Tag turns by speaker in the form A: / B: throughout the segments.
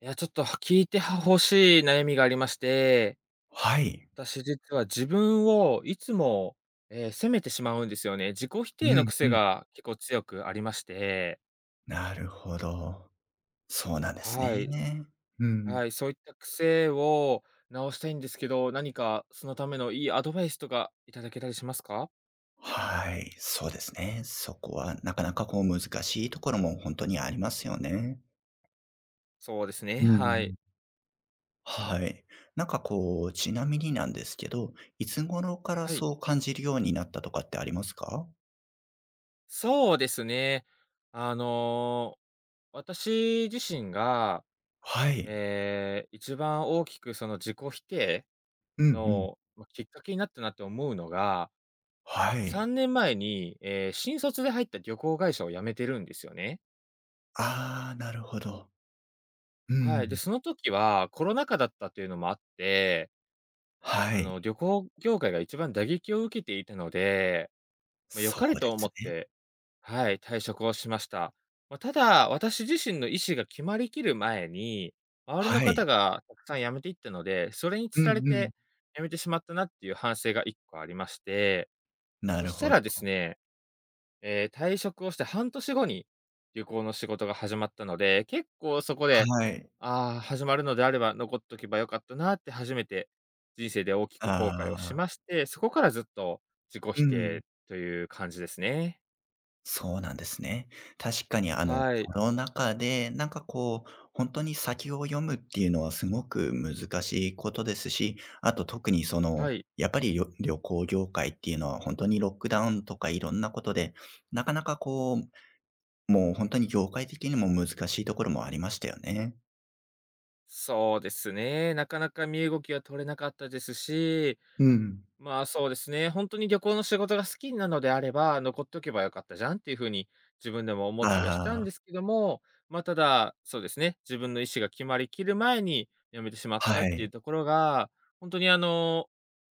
A: いや、ちょっと聞いてほ欲しい悩みがありまして、
B: はい。
A: 私実は自分をいつも、責めてしまうんですよね。自己否
B: う
A: 定の
B: ん
A: 癖
B: うん。
A: が結構強くありまして、
B: なるほど。そうなんです
A: はい。
B: ね。うん。
A: はい、そういった癖を直したいんですけど、何かそのためのいいアドバイスとかいただけたりしますか？
B: はい、そうですね。そこはなかなかこう難しいところも本当にありますよね。
A: そうですね、
B: うんう
A: はい。
B: ん。はい。なんかこう、ちなみになんですけど、いつ頃から
A: はい、
B: そう感じるようになったとかってありますか？
A: そうですね。あの、私自身が、
B: はい。
A: 一番大きくその自己否定
B: うんうん。
A: の、きっかけになったなって思うのが、
B: はい。
A: 3年前に、新卒で入った旅行会社を辞めてるんですよね。
B: ああ、なるほど。う
A: はい。で、
B: ん。
A: その時はコロナ禍だったというのもあって、
B: はい。
A: 旅行業界が一番打撃を受けていたので、まあ、良
B: そ
A: かれ
B: うで
A: と思
B: す
A: っ
B: ね。
A: てはい、退職をしました。まあ、ただ、私自身の意思が決まりきる前に、周りの
B: は
A: 方
B: い。
A: がたくさん辞めていったので、それに
B: う
A: つられ
B: んうん。
A: て辞めてしまったなっていう反省が1個ありまして、
B: な
A: そ
B: る
A: した
B: ほ
A: らです
B: ど。
A: ね退職をして半年後に旅行の仕事が始まったので、結構そこで、
B: はい。
A: ああ、始まるのであれば残っとけばよかったなって初めて人生で大きく後悔をし
B: ああ、
A: まして、そこからずっと自己否
B: うん、
A: 定という感じですね。
B: そうなんですね。確かに
A: はい。
B: コロナ禍で、なんかこう、本当に先を読むっていうのはすごく難しいことですし、あと特にそ
A: は
B: の、
A: い。
B: やっぱり旅行業界っていうのは本当にロックダウンとかいろんなことで、なかなかこう、もう本当に業界的にも難しいところもありましたよね。
A: そうですね。なかなか身動きが取れなかったですし、
B: うん。
A: まあ、そうですね。本当に旅行の仕事が好きなのであれば、残っとけばよかったじゃんっていう風に自分でも思ったりはしたん
B: あ
A: ですけども、ま、ただ、そうですね、自分の意思が決まりきる前に辞めてしまっ
B: あ、
A: たっ
B: は
A: てい
B: い。
A: うところが、本当に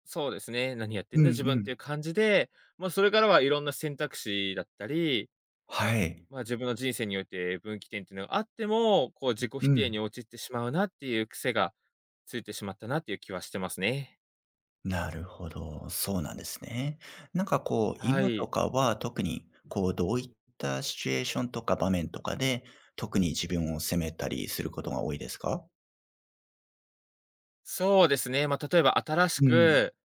A: そうですね、何やって
B: う
A: んだ
B: ん
A: 自分
B: う
A: って
B: ん。
A: いう感じで、ま、それからはいろんな選択肢だったり、
B: はい。
A: ま、自分の人生において分岐点っていうのがあっても、こう自己
B: う
A: 否定に
B: ん。
A: 陥ってしまうなっていう癖がついてしまったなっていう気はしてますね。
B: なるほど、そうなんですね。なんかこう、
A: は
B: 今と
A: い。
B: かは特にこう、どういったシチュエーションとか場面とかで、特に自分を責めたりすることが多いですか？
A: そうですね。まあ、例えば新し
B: うん。
A: く、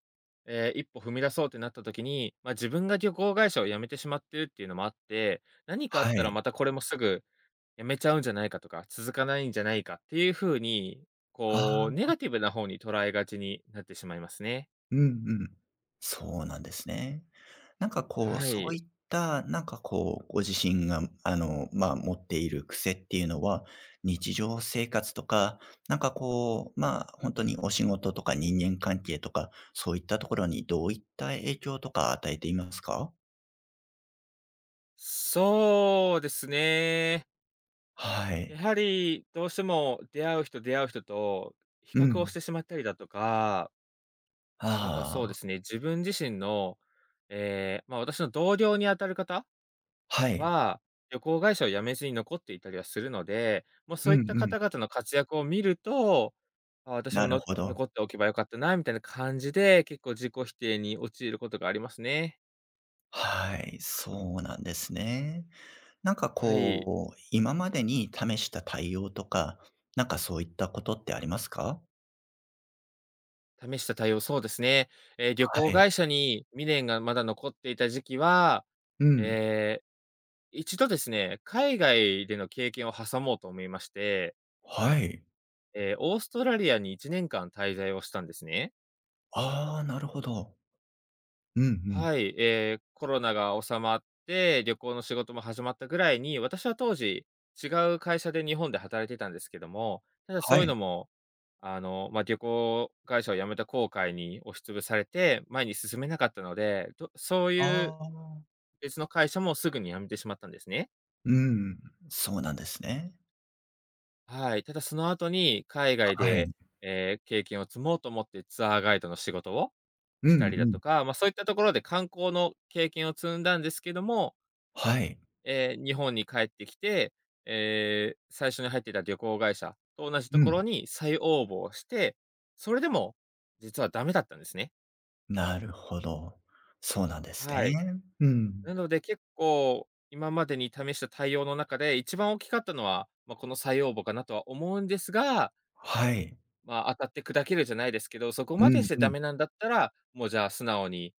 A: 一歩踏み出そうってなった時に、まあ、自分が旅行会社を辞めてしまってるっていうのもあって、何かあっ
B: は
A: たら
B: い。
A: またこれもすぐ辞めちゃうんじゃないかとか、続かないんじゃないかっていう風に、
B: あ
A: こう
B: あ。
A: ネガティブな方に捉えがちになってしまいますね。
B: うんうん。そうなんですね。なんかこう、
A: は
B: そう
A: い。
B: いった、なんかこう、ご自身が、まあ、持っている癖っていうのは、日常生活とか、なんかこう、まあ、本当にお仕事とか人間関係とか、そういったところにどういった影響とか与えていますか？
A: そうですね。
B: は
A: や
B: い。
A: はりどうしても出会う人と比
B: う
A: 較をし
B: ん。
A: てしまったりだとかまあ、あとはそうで
B: ああ、
A: すね、自分自身の、ええ、まあ、私の同僚に当たる方
B: はい。
A: は、旅行会社を辞めずに残っていたりはするので、もう
B: う
A: そう
B: ん
A: いった
B: う
A: 方々
B: ん。
A: の活躍を見ると、あ、私も
B: なる
A: の
B: ほど。
A: 残っておけば良かったなみたいな感じで、結構自己否定に陥ることがありますね。
B: はい、そうなんですね。なんか
A: はい。
B: こう、今までに試した対応とか、なんかそういったことってありますか？
A: 試した対応、そうですね。ええ、旅行
B: はい。
A: 会社に未練がまだ残っていた時期は、
B: うん。
A: ええ、一度ですね、海外での経験を挟もうと思いまして
B: はい。
A: オーストラリアに1年間滞在をしたんですね。
B: ああ、なるほど。うんうん。
A: はい。コロナが収まって、旅行の仕事も始まったぐらいに、私は当時、違う会社で日本で働いてたんですけども、ただ
B: は
A: そういう
B: い。
A: のも、まあ、旅行会社を辞めた後悔に押しつぶされて、前に進めなかったので、どそう
B: あ
A: いう
B: あ。
A: 別の会社もすぐに辞めてしまったんですね。
B: うん、そうなんですね。
A: はい。ただその後に、海外
B: は
A: で、
B: い。
A: 経験を積もうと思ってツアーガイドの仕事を
B: うん
A: し
B: う
A: たりだと
B: ん。
A: か、まあ、そういったところで観光の経験を積んだんですけども、
B: はい。
A: ええ、日本に帰ってきて、ええ、最初に入っていた旅行会社と同じと
B: う
A: ころ
B: ん。
A: に再応募をして、それでも実はダメだったんですね。
B: なるほど。そうなんです
A: はい。
B: ね。うん。
A: なので結構、今までに試した対応の中で一番大きかったのは、まあ、この再応募かなとは思うんですが、
B: はい。
A: まあ、当たって砕けるじゃないですけど、そこ
B: う
A: までし
B: ん
A: て
B: う
A: ダ
B: ん。
A: メなんだったら、もうじゃあ素直に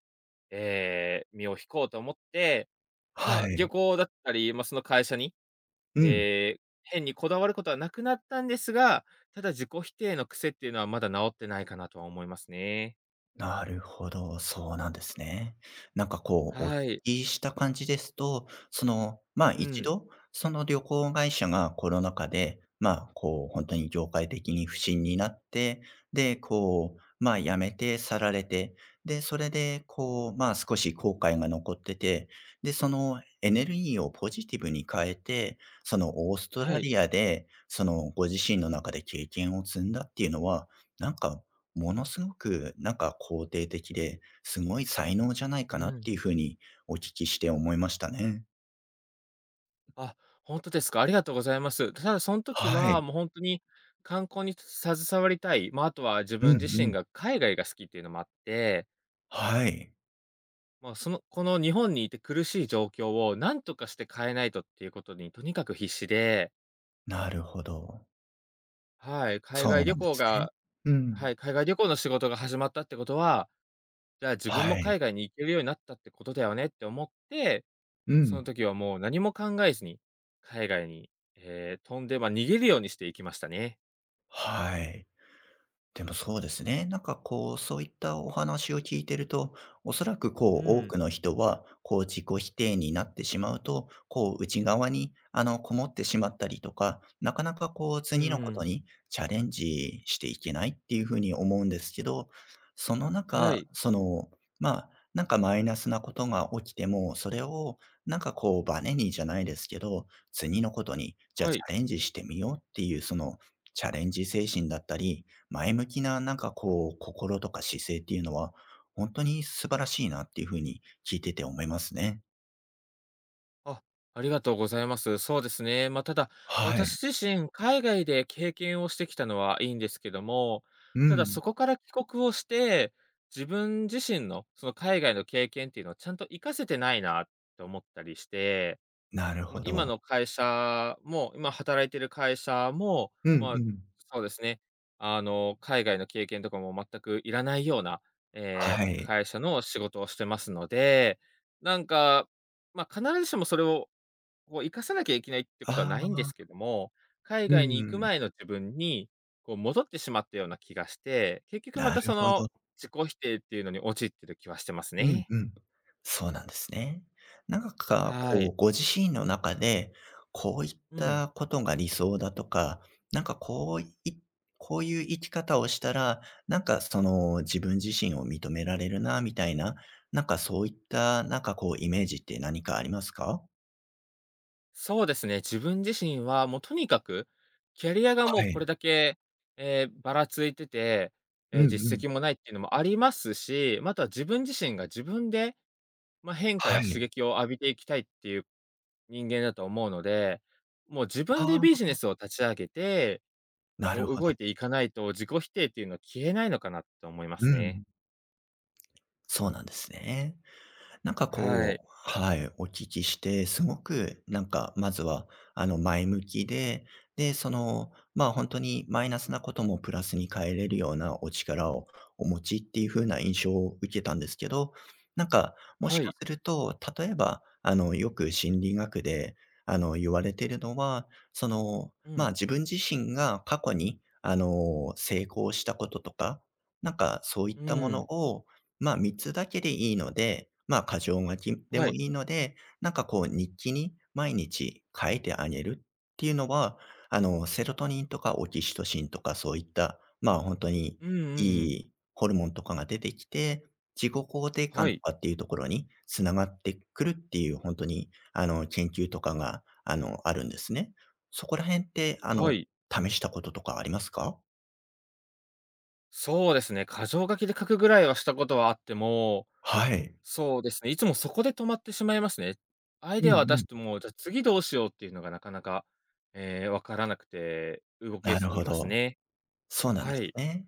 A: ええ、身を引こうと思って、
B: は
A: まあ、旅
B: い。
A: 行だったり、まあ、その会社に、
B: うん。
A: ええ、変にこだわることはなくなったんですが、ただ自己否定の癖っていうのはまだ治ってないかなとは思いますね。
B: なるほど、そうなんですね。なんかこう、お聞
A: はい。
B: きした感じですと、その、まあ
A: う
B: 一
A: ん。
B: 度、その旅行会社がコロナ禍で、まあこう、本当に業界的に不振になって、で、こう、まあ辞めて去られて、で、それでこう、まあ少し後悔が残ってて、で、そのエネルギーをポジティブに変えて、そのオースト
A: は
B: ラ
A: い。
B: リアで、そのご自身の中で経験を積んだっていうのは、なんかものすごくなんか肯定的で、すごい才能じゃない
A: う
B: かなっ
A: ん。
B: ていうふうにお聞きして思いましたね。
A: あ、本当ですか。ありがとうございます。ただその時
B: は
A: は、
B: い。
A: もう本当に観光に携わりたい、まあ、あとは自
B: うん
A: 分自
B: う
A: 身
B: ん。
A: が海外が好きっていうのもあって、
B: はい。
A: まあ、そのこの日本にいて苦しい状況を何とかして変えないとっていうことにとにかく必死で
B: なるほど。
A: はい、海
B: そ
A: 外
B: うな
A: 旅
B: んで
A: 行
B: すね。
A: が
B: うん。
A: はい、海外旅行の仕事が始まったってことは、じゃあ自分も
B: はい。
A: 海外に行けるようになったってことだよねって思って、
B: う
A: その
B: ん。
A: 時はもう何も考えずに、海外に、飛んで、ま、逃げるようにして行きましたね。
B: はい。でもそうですね。なんかこう、そういったお話を聞いてると、おそらくこう、
A: う
B: 多
A: ん。
B: くの人は、こう、自己否定になってしまうと、こう、内側に、こもってしまったりとか、なかなかこう、
A: う
B: 次のこと
A: ん。
B: にチャレンジしていけないっていうふうに思うんですけど、その
A: は
B: 中、
A: い、
B: その、まあ、なんかマイナスなことが起きても、それを、なんかこう、バネにじゃないですけど、次のことに、じゃあ
A: は
B: チ
A: い。
B: ャレンジしてみようっていう、その、チャレンジ精神だったり、前向きななんかこう、心とか姿勢っていうのは、本当に素晴らしいなっていう風に聞いてて思いますね。
A: あ、ありがとうございます。そうですね。まあ、ただ、
B: はい。
A: 私自身、海外で経験をしてきたのはいいんですけども、
B: う
A: ただそ
B: ん。
A: こから帰国をして、自分自身のその海外の経験っていうのをちゃんと活かせてないなと思ったりして、
B: なる
A: まあ、
B: ほ
A: 今
B: ど。
A: の会社も、今働いてる会社も、
B: うん
A: まあ、
B: うん。
A: そうですね、海外の経験とかも全くいらないような、
B: はい。
A: 会社の仕事をしてますので、なんか、まあ、必ずしもそれをこう生かさなきゃいけないってことは
B: あ
A: ないんで
B: あ。
A: すけども、海
B: う
A: 外に行く
B: ん。
A: 前の自分に、こう戻ってしまったような気がして、結局ま
B: な
A: た
B: る
A: そ
B: ほ
A: の
B: ど。
A: 自己否定っていうのに陥ってる気はしてます
B: うん
A: ね。
B: うん。そうなんですね。なんか、
A: は
B: こ
A: い。
B: う、ご自身の中で、こういっ
A: うん。
B: たことが理想だとか、なんかこういう生き方をしたら、なんかその自分自身を認められるなみたいな、なんかそういったなんかこうイメージって何かありますか？
A: そうですね、自分自身はもうとにかく、キャリアがもう
B: は
A: こ
B: い。
A: れだけ、ええ、ばらついてて、
B: うんう
A: 実
B: ん。
A: 績もないっていうのもありますし、また自分自身が自分で、まあ、変化や
B: は
A: 刺
B: い。
A: 激を浴びていきたいっていう人間だと思うので、もう自分で
B: あ
A: ビ
B: あ、
A: ジネスを立ち上げて、
B: な
A: こ
B: る
A: う
B: ほ
A: 動い
B: ど。
A: ていかないと自己否定っていうのは消えないのかなと思いま
B: う
A: すね。
B: ん。そうなんですね。なんか
A: は
B: こ
A: い。
B: うはい、お聞きして、すごくなんか、まずは、前向きで、で、その、ま、あ本当にマイナスなこともプラスに変えれるようなお力をお持ちっていう風な印象を受けたんですけど、なんか、もし
A: は
B: か
A: い。
B: すると、例えば、よく心理学で、言われてるのは、その、
A: う
B: ま、
A: ん。
B: 自分自身が過去に、成功したこととか、なんかそういった
A: う
B: もの
A: ん。
B: をま、3つだけでいいので、ま、箇条書きで
A: は
B: も
A: い。
B: いいので、なんかこう日記に毎日書いてあげるっていうのは、セロトニンとかオキシトシンとかそういった、ま、あ本当に
A: うんうんう
B: い
A: ん。
B: いホルモンとかが出てきて、自己肯定
A: は
B: 感と
A: い。
B: かっていうところに繋がってくるっていう、本当に研究とかが、あるんですね。そこら辺って
A: はい。
B: 試したこととかありますか？
A: そうですね、箇条書きで書くぐらいはしたことはあっても、
B: はい。
A: そうですね、いつもそこで止まってしまいますね。アイ
B: う
A: デアは
B: ん
A: 出
B: う
A: し
B: ん。
A: ても、じゃあ次どうしようっていうのがなかなか、ええ、わからなくて、動け
B: な
A: ず
B: る
A: にい
B: ほ
A: ます
B: ど。
A: ね。
B: そうなん
A: は
B: です
A: い。
B: ね。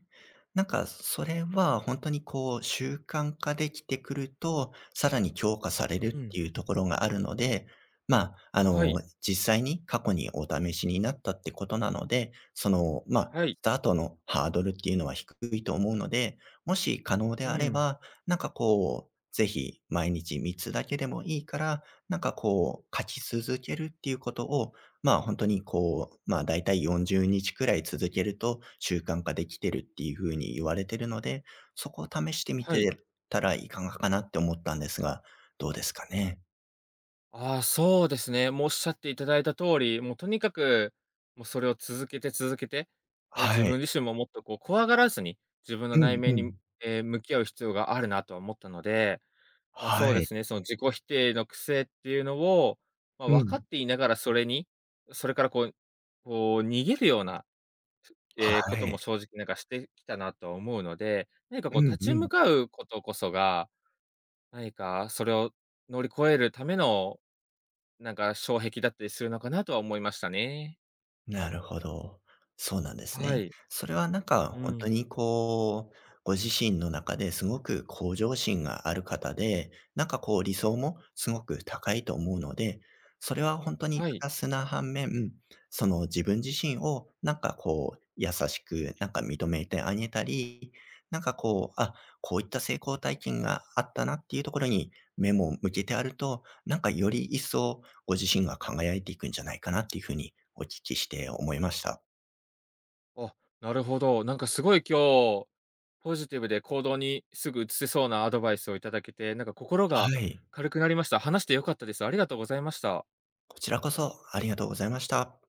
B: なんか、それは本当にこう、習慣化できてくると、さらに強化される
A: う
B: っ
A: ん。
B: ていうところがあるので、まあ、
A: はい。
B: 実際に過去にお試しになったってことなので、その、ま、あ
A: はい。
B: スタートのハードルっていうのは低いと思うので、もし可能
A: う
B: であれ
A: ん。
B: ば、なんかこう、ぜひ毎日3つだけでもいいから、なんかこう、書き続けるっていうことをまあ、本当にこう、まあ、だいたい40日くらい続けると習慣化できてるっていう風に言われてるので、そこを試してみ
A: はい。
B: てたらいかがかなって思ったんですが、どうですかね？
A: ああ、そうですね。もうおっしゃっていただいた通り、もうとにかく、もうそれを続けて続けて、で、自
B: はい。
A: 分自身ももっとこう怖がらずに、自分の
B: う
A: 内
B: ん
A: 面
B: う
A: に、
B: ん。
A: 向き合う必要があるなとは思ったので、まあそう
B: は
A: で
B: い。
A: すね、その自己否定の癖っていうのを、まあ
B: う
A: 分かっ
B: ん。
A: ていながらそれに、それからこう、こう逃げるような、
B: は
A: こと
B: い。
A: も正直なんかしてきたなとは思うので、何か
B: う
A: こう立
B: ん
A: ち
B: うん。
A: 向かうことこそが、何かそれを乗り越えるためのなんか障壁だったりするのかなとは思いましたね。
B: なるほど。そうなんです
A: は
B: ね。
A: い。
B: それはなんか
A: う
B: 本当
A: ん。
B: にこう、ご自身の中ですごく向上心がある方で、なんかこう理想もすごく高いと思うので、それは本当に
A: は
B: プ
A: い。
B: ラスな反面、その自分自身をなんかこう優しくなんか認めてあげたり、なんかこう、あ、こういった成功体験があったなっていうところに目も向けてあると、なんかより一層ご自身が輝いていくんじゃないかなっていうふうにお聞きして思いました。
A: あ、なるほど。なんかすごい今日、ポジティブで行動にすぐ移せそうなアドバイスをいただけて、なんか心
B: は
A: が
B: い。
A: 軽くなりました。話してよかったです。ありがとうございました。
B: こちらこそありがとうございました。